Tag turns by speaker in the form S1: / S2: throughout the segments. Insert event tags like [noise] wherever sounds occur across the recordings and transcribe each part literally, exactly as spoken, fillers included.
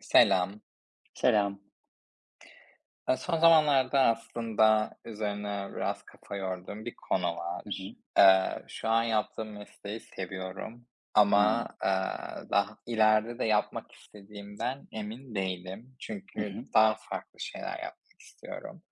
S1: Selam.
S2: Selam.
S1: Eee, son zamanlarda aslında üzerine biraz kafa yorduğum bir konu
S2: Hı
S1: var.
S2: hı.
S1: Eee, şu an yaptığım mesleği seviyorum ama,
S2: Hımm.
S1: eee, daha ileride de yapmak istediğimden emin değilim.
S2: Hı
S1: Çünkü
S2: hı.
S1: daha farklı şeyler yapmak istiyorum.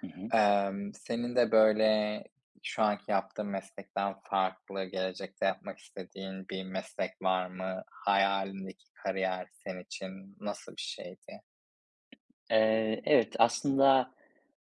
S2: Hı hı.
S1: Emm, senin de böyle şu anki yaptığın meslekten farklı gelecekte yapmak istediğin bir meslek var mı? Hayalindeki kariyer senin için nasıl bir şeydi?
S2: Eee, evet, aslında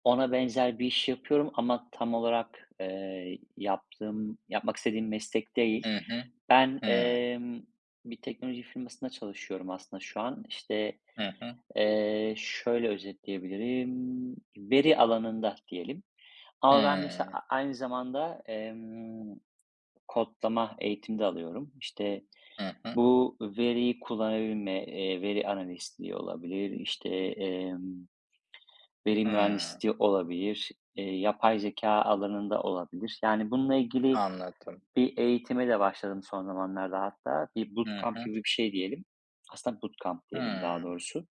S2: ona benzer bir iş yapıyorum ama tam olarak, eee, yaptığım yapmak istediğim meslek değil.
S1: Hı hı.
S2: Ben, emm, bir teknoloji firmasında çalışıyorum aslında şu an. İşte,
S1: Hı hı.
S2: eee, şöyle özetleyebilirim, veri alanında diyelim ama ben mesela
S1: Hımm.
S2: a aynı zamanda, emm, kodlama eğitimde alıyorum. İşte,
S1: Hı hı.
S2: bu veriyi kullanabilme, eee, veri analistliği olabilir, işte, emm, veri
S1: Hımm.
S2: mühendisliği olabilir, eee, yapay zeka alanında olabilir. Yani bununla ilgili
S1: Anladım.
S2: bir eğitime de başladım son zamanlarda hatta. Bir
S1: Hı
S2: bootcamp
S1: hı.
S2: gibi bir şey diyelim. Aslında bootcamp diyelim daha
S1: Hımm.
S2: doğrusu.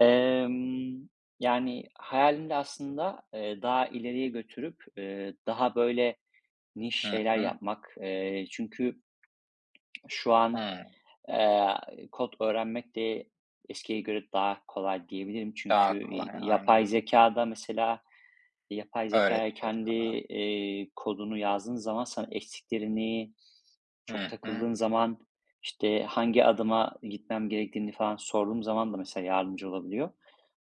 S2: Emm, yani hayalim aslında, eee, daha ileriye götürüp, eee, daha böyle niş
S1: Hı
S2: şeyler
S1: hı.
S2: yapmak. Eee, çünkü şu an
S1: Hımm.
S2: Eee, kod öğrenmek de eskiye göre daha kolay diyebilirim.
S1: Daha
S2: Çünkü
S1: kolay,
S2: i
S1: aynen.
S2: yapay zekâda mesela yapay zekâya
S1: Öğretiyor
S2: kendi,
S1: sana.
S2: eee, kodunu yazdığın zaman sana eksiklerini, çok
S1: Hı hı.
S2: takıldığın zaman, işte, hangi adıma gitmem gerektiğini falan sorduğum zaman da mesela yardımcı olabiliyor.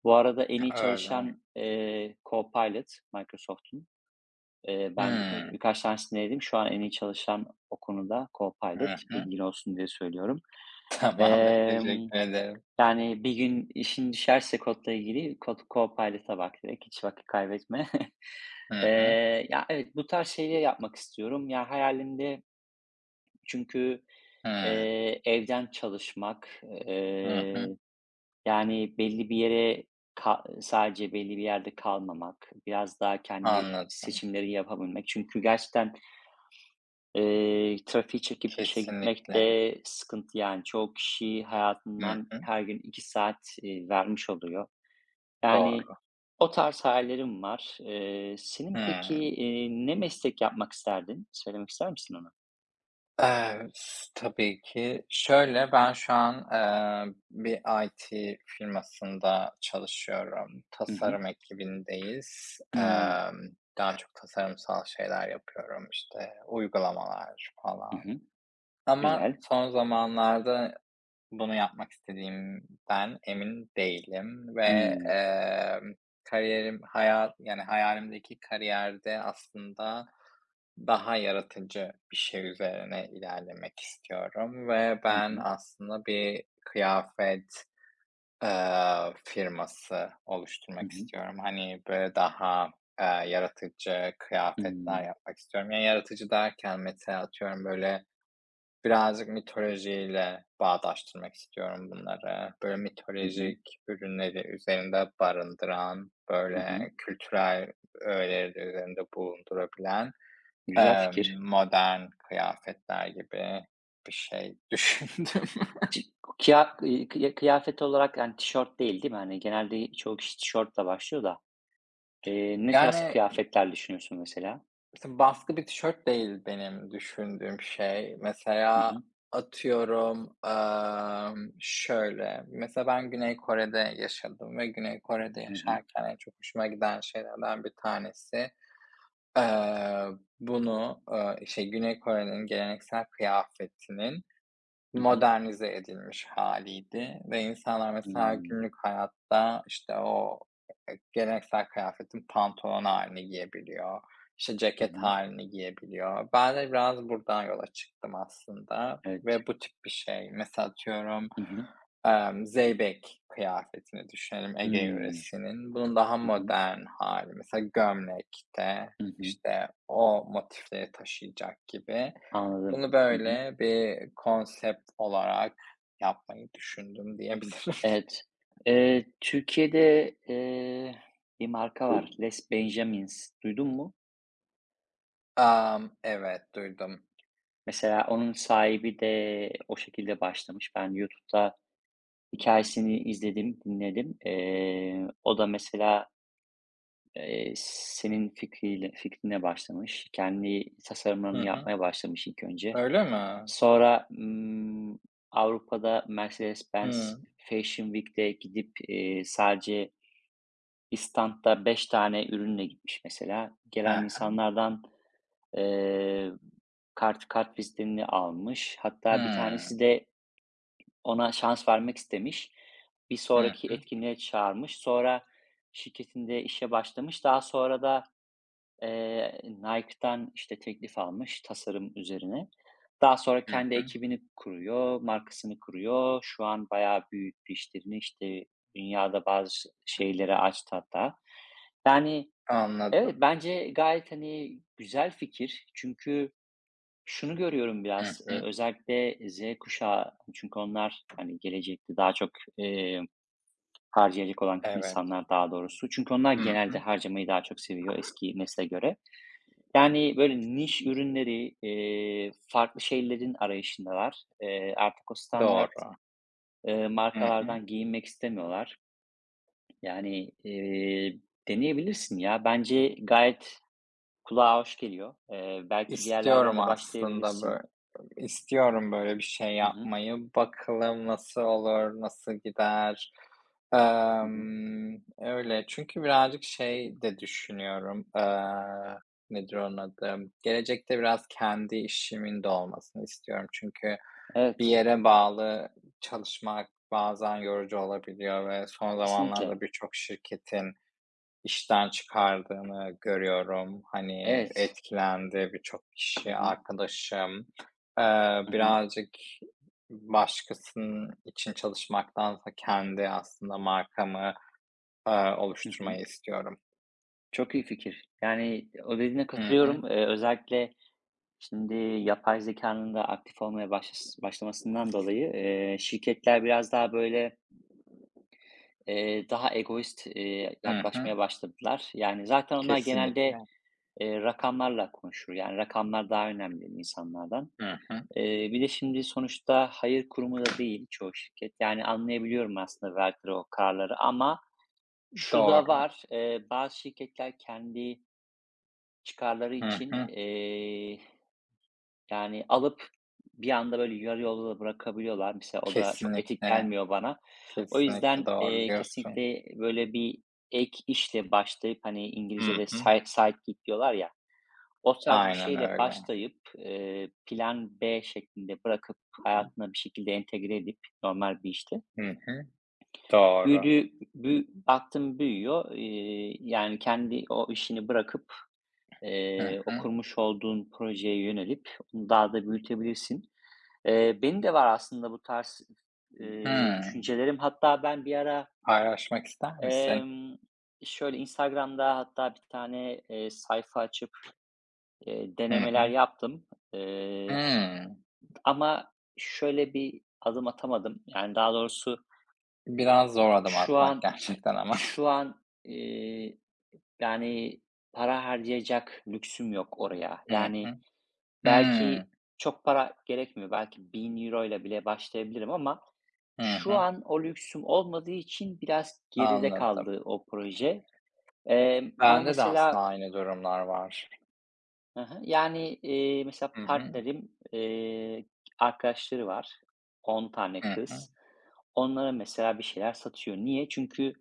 S2: Bu arada en iyi
S1: Öyle.
S2: çalışan, eee, Copilot Microsoft'un. Eee, ben birka
S1: Hımm.
S2: birkaç tanesini denedim. Şu an en iyi çalışan o konuda Copilot.
S1: Hı hı.
S2: Bilgin olsun diye söylüyorum.
S1: [laughs] Tamamdır,
S2: Emm,
S1: teşekkür ederim.
S2: yani, bir gün işin düşerse kodla ilgili Code Copilot'a bak direkt, hiç vakit kaybetme. [laughs]
S1: Hı hı.
S2: Eee, ya, evet, bu tarz şeyleri yapmak istiyorum. Ya, hayalimde çünkü,
S1: Hımm.
S2: eee, evden çalışmak,
S1: Hı hı.
S2: eee, yani, belli bir yere ka sadece belli bir yerde kalmamak, biraz daha kendi
S1: Anladım.
S2: seçimleri yapabilmek. Çünkü gerçekten Eee, trafiği çekip işe gitmek
S1: Kesinlikle.
S2: de sıkıntı, yani, çoğu kişi
S1: Hı
S2: hayatından
S1: hı.
S2: her gün iki saat, eee, vermiş oluyor. Yani,
S1: Doğru.
S2: o tarz hayallerim var. Eee, senin peki,
S1: Hımm.
S2: eee, ne meslek yapmak isterdin? Söylemek ister misin onu?
S1: Eee, s tabii ki. Şöyle, ben şu an, eee, bir İ T firmasında çalışıyorum.
S2: Hı hı.
S1: Tasarım ekibindeyiz.
S2: Hımm.
S1: Emm, daha çok tasarımsal şeyler yapıyorum, işte, uygulamalar
S2: Hı
S1: falan
S2: hı.
S1: ama
S2: Güzel.
S1: son zamanlarda bunu yapmak istediğimden emin değilim ve,
S2: Hımm.
S1: emm, kariyerim hayat yani hayalimdeki kariyerde aslında daha yaratıcı bir şey üzerine ilerlemek istiyorum ve
S2: Hı
S1: ben
S2: hı.
S1: aslında bir kıyafet, eee, firması
S2: Hı
S1: oluşturmak
S2: hı.
S1: istiyorum. Hani, böyle, daha, eee, yaratıcı kıyafetler
S2: Hımm.
S1: yapmak istiyorum. Yani, yaratıcı derken mesela atıyorum, böyle, birazcık mitolojiyle bağdaştırmak istiyorum bunları. Böyle,
S2: Hı hı.
S1: mitolojik ürünleri üzerinde barındıran,
S2: Hı hı.
S1: böyle, kültürel öğeleri de üzerinde bulundurabilen
S2: Güzel
S1: Emm,
S2: fikir.
S1: modern kıyafetler gibi bir şey düşündüm. [laughs]
S2: Ti kıya kıya kıyafet olarak, yani, tişört değil, değil mi? Hani, genelde çoğu kişi tişörtle başlıyor da. Eee, ne tarz
S1: Yani,
S2: kıyafetler düşünüyorsun mesela?
S1: mesela baskı bir tişört değil benim düşündüğüm şey.
S2: Hı
S1: Mesela
S2: hı.
S1: atıyorum, emm, şöyle, mesela ben Güney Kore'de yaşadım ve Güney Kore'de
S2: Hı hı.
S1: yaşarken en çok hoşuma giden şeylerden bir tanesi, eee, bunu, eee, işte, Güney Kore'nin geleneksel kıyafetinin
S2: Hı hı.
S1: modernize edilmiş hâliydi ve insanlar mesela
S2: Hımm.
S1: günlük hayatta, işte, o, eee, geleneksel kıyafetin pantolon halini giyebiliyor, işte,
S2: Hı
S1: ceket
S2: hı.
S1: halini giyebiliyor. Ben de biraz buradan yola çıktım aslında
S2: Evet.
S1: ve bu tip bir şey. Mesela atıyorum,
S2: Hı hı.
S1: Emm, zeybek kıyafetini düşünelim Ege
S2: Hımm.
S1: yöresinin. Bunun daha
S2: Hı hı.
S1: modern hali mesela gömlekte,
S2: Hı hı.
S1: işte, o motifleri taşıyacak gibi.
S2: Anladım.
S1: Bunu
S2: Hı hı.
S1: böyle bir konsept olarak yapmayı düşündüm diyebilirim. [laughs]
S2: Evet. Eee, Türkiye'de, eee, bir marka var. Les Benjamins. Duydun mu?
S1: Emm, evet, duydum.
S2: Mesela onun sahibi de o şekilde başlamış. Ben YouTube'da hikâyesini izledim, dinledim. Eee, o da mesela Eee, senin fikriyle fikrine başlamış, kendi
S1: Hı
S2: tasarımlarını
S1: hı.
S2: yapmaya başlamış ilk önce.
S1: Öyle mi?
S2: Sonra, ımm, Avrupa'da Mercedes-Benz
S1: Hıı.
S2: Fashion Week'te gidip, eee, sadece bir standda beş tane ürünle gitmiş mesela.
S1: He
S2: Gelen
S1: he.
S2: insanlardan, eee, kart kartvizitini almış. Hatta bir tanesi de ona şans vermek istemiş. Bir
S1: Hı
S2: sonraki
S1: hı.
S2: etkinliğe çağırmış. Sonra şirketinde işe başlamış. Daha sonra da, Eee, Nike'dan, işte, teklif almış tasarım üzerine. Daha sonra
S1: Hı
S2: kendi
S1: hı.
S2: ekibini kuruyor, markasını kuruyor. Şu an bayağı büyüttü işlerini, işte, dünyada bazı ş şeyleri açtı hatta. Yani, evet,
S1: Anladım.
S2: bence gayet, hani, güzel fikir. Çünkü şunu görüyorum
S1: Hı
S2: biraz, eee,
S1: hı.
S2: özellikle Z kuşağı çünkü onlar, hani, gelecekte daha çok, eee, harcayacak olan
S1: Evet.
S2: insanlar daha doğrusu. Çünkü onlar
S1: Hı
S2: genelde
S1: hı.
S2: harcamayı daha çok seviyor eski nesle göre. Yani, böyle, niş ürünleri, eee, farklı şeylerin arayışındalar. Eee, artık o standart,
S1: Doğru.
S2: eee,
S1: Hı hı.
S2: markalardan giyinmek istemiyorlar. Yani, eee, deneyebilirsin ya. Bence gayet kulağa hoş geliyor. Eee, belki bir yerlerden
S1: İstiyorum
S2: de
S1: aslında
S2: başlayabilirsin.
S1: böyle, istiyorum böyle bir şey
S2: Hı hı.
S1: yapmayı. Bakalım nasıl olur, nasıl gider?
S2: Hı hı.
S1: Emm, öyle. Çünkü birazcık şey de düşünüyorum, eee, nedir onun adı? Gelecekte biraz kendi işimin de olmasını istiyorum. Çünkü bir
S2: Evet,
S1: yere bağlı çalışmak bazen yorucu olabiliyor ve son zamanlarda
S2: kesinlikle.
S1: birçok şirketin işten çıkardığını görüyorum. Hani,
S2: Evet.
S1: etkilendi birçok
S2: Hı
S1: kişi,
S2: hı.
S1: arkadaşım. Eee,
S2: Hı hı.
S1: birazcık başkasının için çalışmaktansa kendi aslında markamı, eee,
S2: Hı hı.
S1: oluşturmayı istiyorum.
S2: Çok iyi fikir. Yani, o dediğine
S1: Hı hı.
S2: katılıyorum. Eee, özellikle şimdi yapay zekanın da aktif olmaya başlas başlamasından dolayı, eee, şirketler biraz daha böyle, eee, daha egoist, eee,
S1: Hı hı.
S2: yaklaşmaya başladılar. Yani zaten onlar
S1: Kesinlikle.
S2: genelde, eee, rakamlarla konuşur. Yani rakamlar daha önemli insanlardan.
S1: Hı hı.
S2: Eee, bir de şimdi sonuçta hayır kurumu da değil çoğu şirket. Yani anlayabiliyorum aslında verdikleri o kararları ama şu da
S1: Doğru.
S2: var, eee, bazı şirketler kendi çıkarları
S1: Hı
S2: için,
S1: hı.
S2: yani, alıp bir anda, böyle, yarı yolda da bırakabiliyorlar. Mesela o da çok etik
S1: Kesinlikle,
S2: gelmiyor bana. O
S1: kesinlikle
S2: yüzden,
S1: doğru
S2: eee,
S1: diyorsun.
S2: kesinlikle, böyle, bir ek işle başlayıp, hani,
S1: Hı
S2: İngilizce'de
S1: hı.
S2: side sidekick diyorlar ya, o tarz bir
S1: Aynen
S2: şeyle
S1: öyle.
S2: başlayıp, eee, plan B şeklinde bırakıp hayatına bir şekilde entegre edip normal bir işte,
S1: Hı hı. Doğru.
S2: büyüdüğü bü baktım büyüyor. Eee, yani, kendi o işini bırakıp,
S1: Hı
S2: eee, o
S1: hı.
S2: kurmuş olduğun projeye yönelip onu daha da büyütebilirsin. Eee, benim de var aslında bu tarz, eee,
S1: hı
S2: düşüncelerim. Hatta ben bir ara,
S1: Paylaşmak ister misin?
S2: emm, şöyle Instagram'da hatta bir tane, eee, sayfa açıp, eee,
S1: Hı
S2: denemeler
S1: hı.
S2: yaptım. Eee,
S1: Hımm.
S2: ama şöyle bir adım atamadım. Yani, daha doğrusu
S1: Biraz zor adım
S2: şu
S1: atmak [laughs]
S2: an
S1: gerçekten ama.
S2: şu an, eee, yani, para harcayacak lüksüm yok oraya.
S1: Hı
S2: Yani,
S1: hı. Hımm.
S2: belki çok para gerekmiyor. Belki bin euro ile bile başlayabilirim ama
S1: Hı
S2: şu
S1: hı.
S2: an o lüksüm olmadığı için biraz geride
S1: Anladım.
S2: kaldı o proje. Emm, ama
S1: Bende de
S2: mesela
S1: aslında aynı durumlar var.
S2: Hı hı. Yani, eee, mesela
S1: Hı hı.
S2: partnerim, eee, arkadaşları var. on tane
S1: Hı hı.
S2: kız. Onlara mesela bir şeyler satıyor. Niye? Çünkü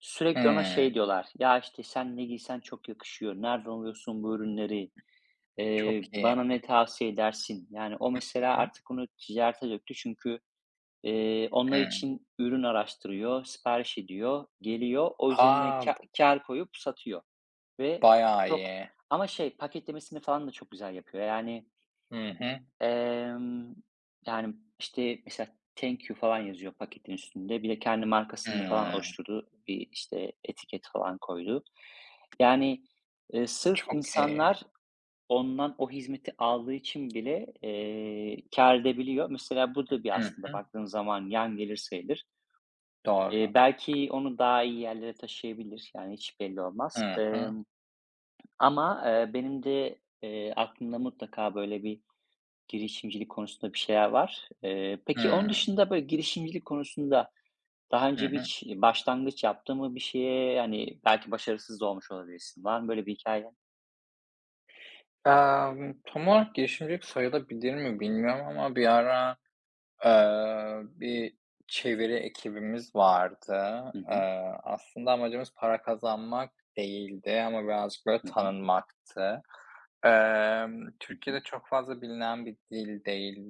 S2: sürekli ona
S1: Hımm.
S2: şey diyorlar, "Ya, işte, sen ne giysen çok yakışıyor. Nereden alıyorsun bu ürünleri?
S1: Çok
S2: Eee,
S1: iyi.
S2: bana ne tavsiye edersin?" Yani o
S1: Hı
S2: mesela
S1: hı.
S2: artık onu ticarete döktü çünkü, eee, onlar
S1: Hımm.
S2: için ürün araştırıyor, sipariş ediyor, geliyor, o üzerine
S1: A!
S2: kâ
S1: B
S2: kâr koyup satıyor ve
S1: bayağı
S2: çok
S1: iyi.
S2: ama şey paketlemesini falan da çok güzel yapıyor. Yani,
S1: Hı hı.
S2: emm, yani, işte, mesela "Thank you" falan yazıyor paketin üstünde. Bir de kendi markasını falan
S1: Hımm.
S2: oluşturdu. Bir, işte, etiket falan koydu. Yani, eee, sırf
S1: Çok iyi.
S2: insanlar ondan o hizmeti aldığı için bile, eee, kâr edebiliyor. Mesela bu da bir
S1: Hı
S2: aslında
S1: hı.
S2: baktığın zaman yan gelir sayılır. Eee,
S1: Doğru.
S2: belki onu daha iyi yerlere taşıyabilir, yani hiç belli olmaz.
S1: Hı hı.
S2: Emm, ama, eee, benim de, eee, aklımda mutlaka böyle bir girişimcilik konusunda bir şeyler var. Eee, peki onun
S1: Hımm.
S2: dışında böyle girişimcilik konusunda daha
S1: Hı
S2: önce
S1: hı.
S2: hiç başlangıç yaptın mı bir şeye? Hani, belki başarısız da olmuş olabilirsin. Var mı böyle bir hikâyen?
S1: Emm, tam olarak girişimcilik sayılabilir mi bilmiyorum ama bir ara Eee, bir çeviri ekibimiz vardı.
S2: Hı hı.
S1: Eee, aslında amacımız para kazanmak değildi ama birazcık böyle
S2: Hı hı.
S1: tanınmaktı. Emm,
S2: Hı hı.
S1: Türkiye'de çok fazla bilinen bir dil değil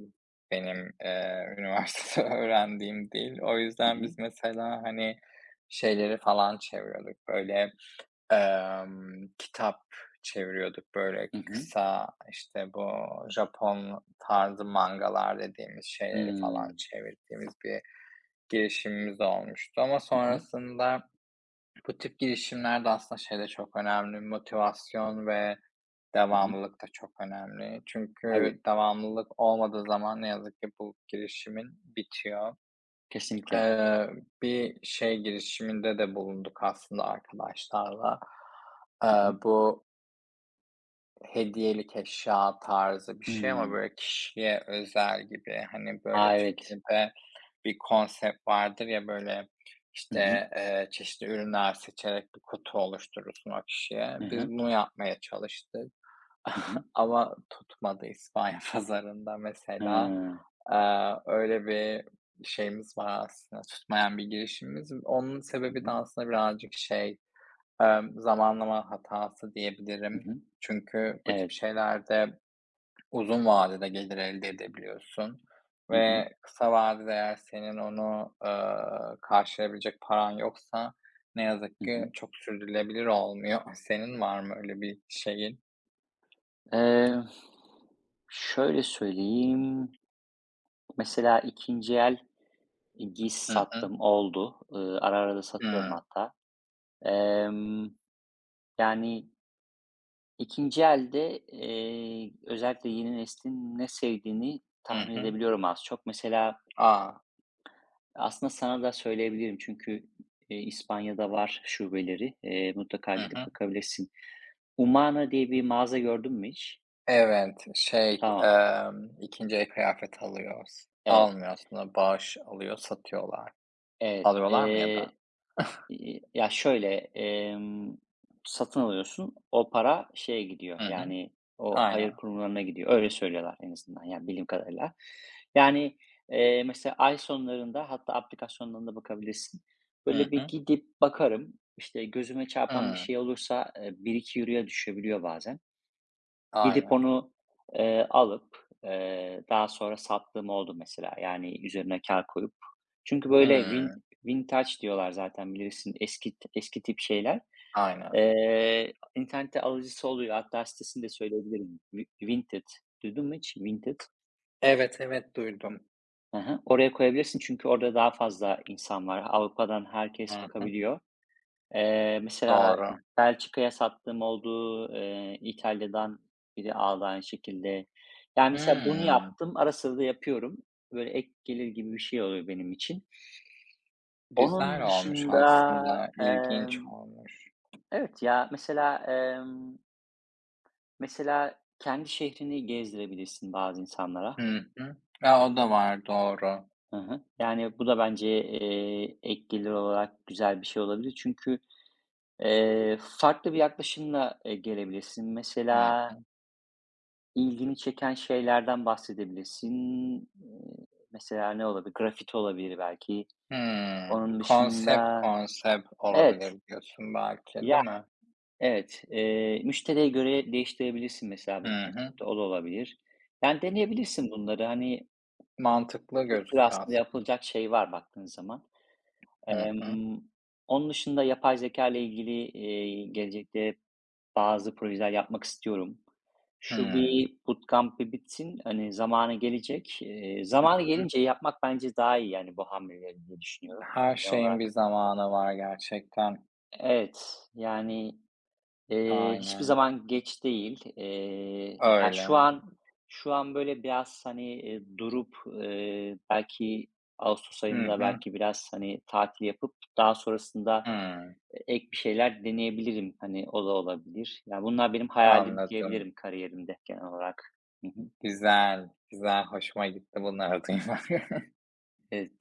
S1: benim, eee, [laughs] üniversitede öğrendiğim dil. O
S2: Hı
S1: yüzden
S2: hı.
S1: biz mesela, hani, şeyleri falan çeviriyorduk, böyle Emm, kitap çeviriyorduk, böyle,
S2: Hı hı.
S1: kısa, işte, bu Japon tarzı mangalar dediğimiz şeyleri falan
S2: Hıı.
S1: çevirdiğimiz bir girişimimiz olmuştu ama
S2: Hı hı.
S1: sonrasında bu tip girişimlerde aslında şey de çok önemli, motivasyon ve
S2: Hı hı.
S1: devamlılık da çok önemli. Çünkü
S2: Tabii,
S1: devamlılık olmadığı zaman ne yazık ki bu girişimin bitiyor.
S2: kesinlikle.
S1: Eee, bir şey girişiminde de bulunduk aslında arkadaşlarla.
S2: Hı
S1: Eee,
S2: hı.
S1: bu hediyelik eşya tarzı bir şey ama
S2: Hımm.
S1: böyle kişiye özel gibi. Hani,
S2: A,
S1: böyle,
S2: evet.
S1: Türkiye'de bir konsept vardır ya, böyle,
S2: Hı hı.
S1: işte, eee, çeşitli ürünler seçerek bir kutu oluşturursun o kişiye.
S2: Hı
S1: Biz
S2: hı.
S1: bunu yapmaya çalıştık
S2: Hı hı.
S1: [laughs] ama tutmadı İspanya [laughs] pazarında mesela.
S2: He.
S1: Eee, öyle bir şeyimiz var aslında, tutmayan bir girişimimiz. Onun
S2: Hı
S1: sebebi de
S2: hı.
S1: aslında birazcık şey, Emm, zamanlama hatası
S2: Hı
S1: diyebilirim.
S2: hı.
S1: Çünkü bu tip
S2: Evet.
S1: şeylerde uzun vadede gelir elde edebiliyorsun
S2: Hı hı.
S1: ve kısa vadede eğer senin onu, ııı, karşılayabilecek paran yoksa ne yazık
S2: Hı hı.
S1: ki çok sürdürülebilir olmuyor. [laughs] Senin var mı öyle bir şeyin?
S2: Eee, şöyle söyleyeyim, mesela ikinci el giysi
S1: Hı hı.
S2: sattım, oldu. Iıı, ara ara da satıyorum
S1: Hıı.
S2: hatta. Emm, yani ikinci elde, eee, özellikle yeni neslin ne sevdiğini
S1: Hı
S2: tahmin
S1: hı.
S2: edebiliyorum az çok. Mesela
S1: A!
S2: aslında sana da söyleyebilirim çünkü, eee, İspanya'da var şubeleri. Eee, mutlaka
S1: Hı
S2: gidip
S1: hı.
S2: bakabilirsin. Umana diye bir mağaza gördün mü hiç?
S1: Evet, şey,
S2: Tamam.
S1: emm, ikinci el kıyafet alıyoruz.
S2: Evet,
S1: Almıyor aslında, bağış alıyor, satıyorlar.
S2: evet.
S1: Alıyorlar mı ya da?
S2: Eee İii, ya, şöyle, emm, satın alıyorsun, o para şeye gidiyor,
S1: Hı hı.
S2: yani, o
S1: Aynen.
S2: hayır kurumlarına gidiyor. Öyle söylüyorlar en azından, yani, bildiğim kadarıyla. Yani, eee, mesela ay sonlarında hatta aplikasyondan da bakabilirsin.
S1: Hı
S2: Böyle bir
S1: hı.
S2: gidip bakarım, işte, gözüme çarpan bir
S1: Hıı.
S2: şey olursa, e, bir iki ikiye düşebiliyor bazen. Gidip
S1: Aynen.
S2: onu, eee, alıp, eee, daha sonra sattığım oldu mesela. Yani üzerine kâr koyup. Çünkü böyle
S1: Hıı.
S2: vin vintage diyorlar zaten bilirsin eski eski tip şeyler.
S1: Aynen.
S2: Eee, internette alıcısı oluyor. Hatta sitesini de söyleyebilirim. Vi Vinted. Duydun mu hiç Vinted?
S1: Evet, evet, duydum.
S2: Hı, oraya koyabilirsin çünkü orada daha fazla insan var. Avrupa'dan
S1: Hı
S2: herkes
S1: hı.
S2: bakabiliyor. Eee, mesela
S1: Doğru.
S2: Belçika'ya sattığım oldu, eee, İtalya'dan biri aldı aynı şekilde. Yani, mesela bunu
S1: Hıı.
S2: yaptım, ara sıra da yapıyorum. Böyle ek gelir gibi bir şey oluyor benim için.
S1: Güzel
S2: Onun
S1: olmuş
S2: dışında,
S1: aslında,
S2: emm,
S1: ilginç olmuş.
S2: evet ya, mesela, emm, mesela kendi şehrini gezdirebilirsin bazı insanlara.
S1: Hı hı. Ya, o da var, doğru.
S2: Hı hı. Yani, bu da bence, eee, ek gelir olarak güzel bir şey olabilir. Çünkü, eee, farklı bir yaklaşımla, eee, gelebilirsin.
S1: Hı
S2: Mesela
S1: hı.
S2: İlgini çeken şeylerden bahsedebilirsin. Eee, mesela ne olabilir? Grafiti olabilir belki.
S1: Hıı.
S2: Onun
S1: Konsept
S2: dışında
S1: konsept olabilir
S2: evet.
S1: diyorsun belki,
S2: Ya,
S1: değil mi?
S2: evet. Eee, müşteriye göre değiştirebilirsin mesela
S1: Hı
S2: bu
S1: hı.
S2: konsepti. O da olabilir. Yani deneyebilirsin bunları. Hani
S1: Mantıklı
S2: bir sürü
S1: gözüküyor
S2: aslında
S1: aslında.
S2: yapılacak şey var baktığın zaman.
S1: Hı hı.
S2: Emm, onun dışında yapay zeka ile ilgili, eee, gelecekte bazı projeler yapmak istiyorum. Şu
S1: Hıı.
S2: bir bootcamp'i bitsin, hani, zamanı gelecek. Eee,
S1: Hı
S2: zamanı
S1: hı.
S2: gelince yapmak bence daha iyi, yani, bu hamleleri diye düşünüyorum. Yani,
S1: Her
S2: genel
S1: şeyin
S2: olarak
S1: bir zamanı var gerçekten.
S2: evet, yani, eee, hiçbir
S1: Aynen
S2: zaman geç değil. Eee, ya, şu
S1: öyle.
S2: an şu an, böyle, biraz, hani, eee, durup, eee, belki ağustos
S1: Hı
S2: ayında
S1: hı.
S2: belki biraz, hani, tatil yapıp daha sonrasında
S1: Hıı.
S2: ek bir şeyler deneyebilirim. Hani, o da olabilir. Ya, bunlar benim hayalim
S1: Anladım.
S2: diyebilirim kariyerimde genel olarak. Hı hı.
S1: Güzel, güzel. Hoşuma gitti bunları duymak. [laughs]
S2: Evet.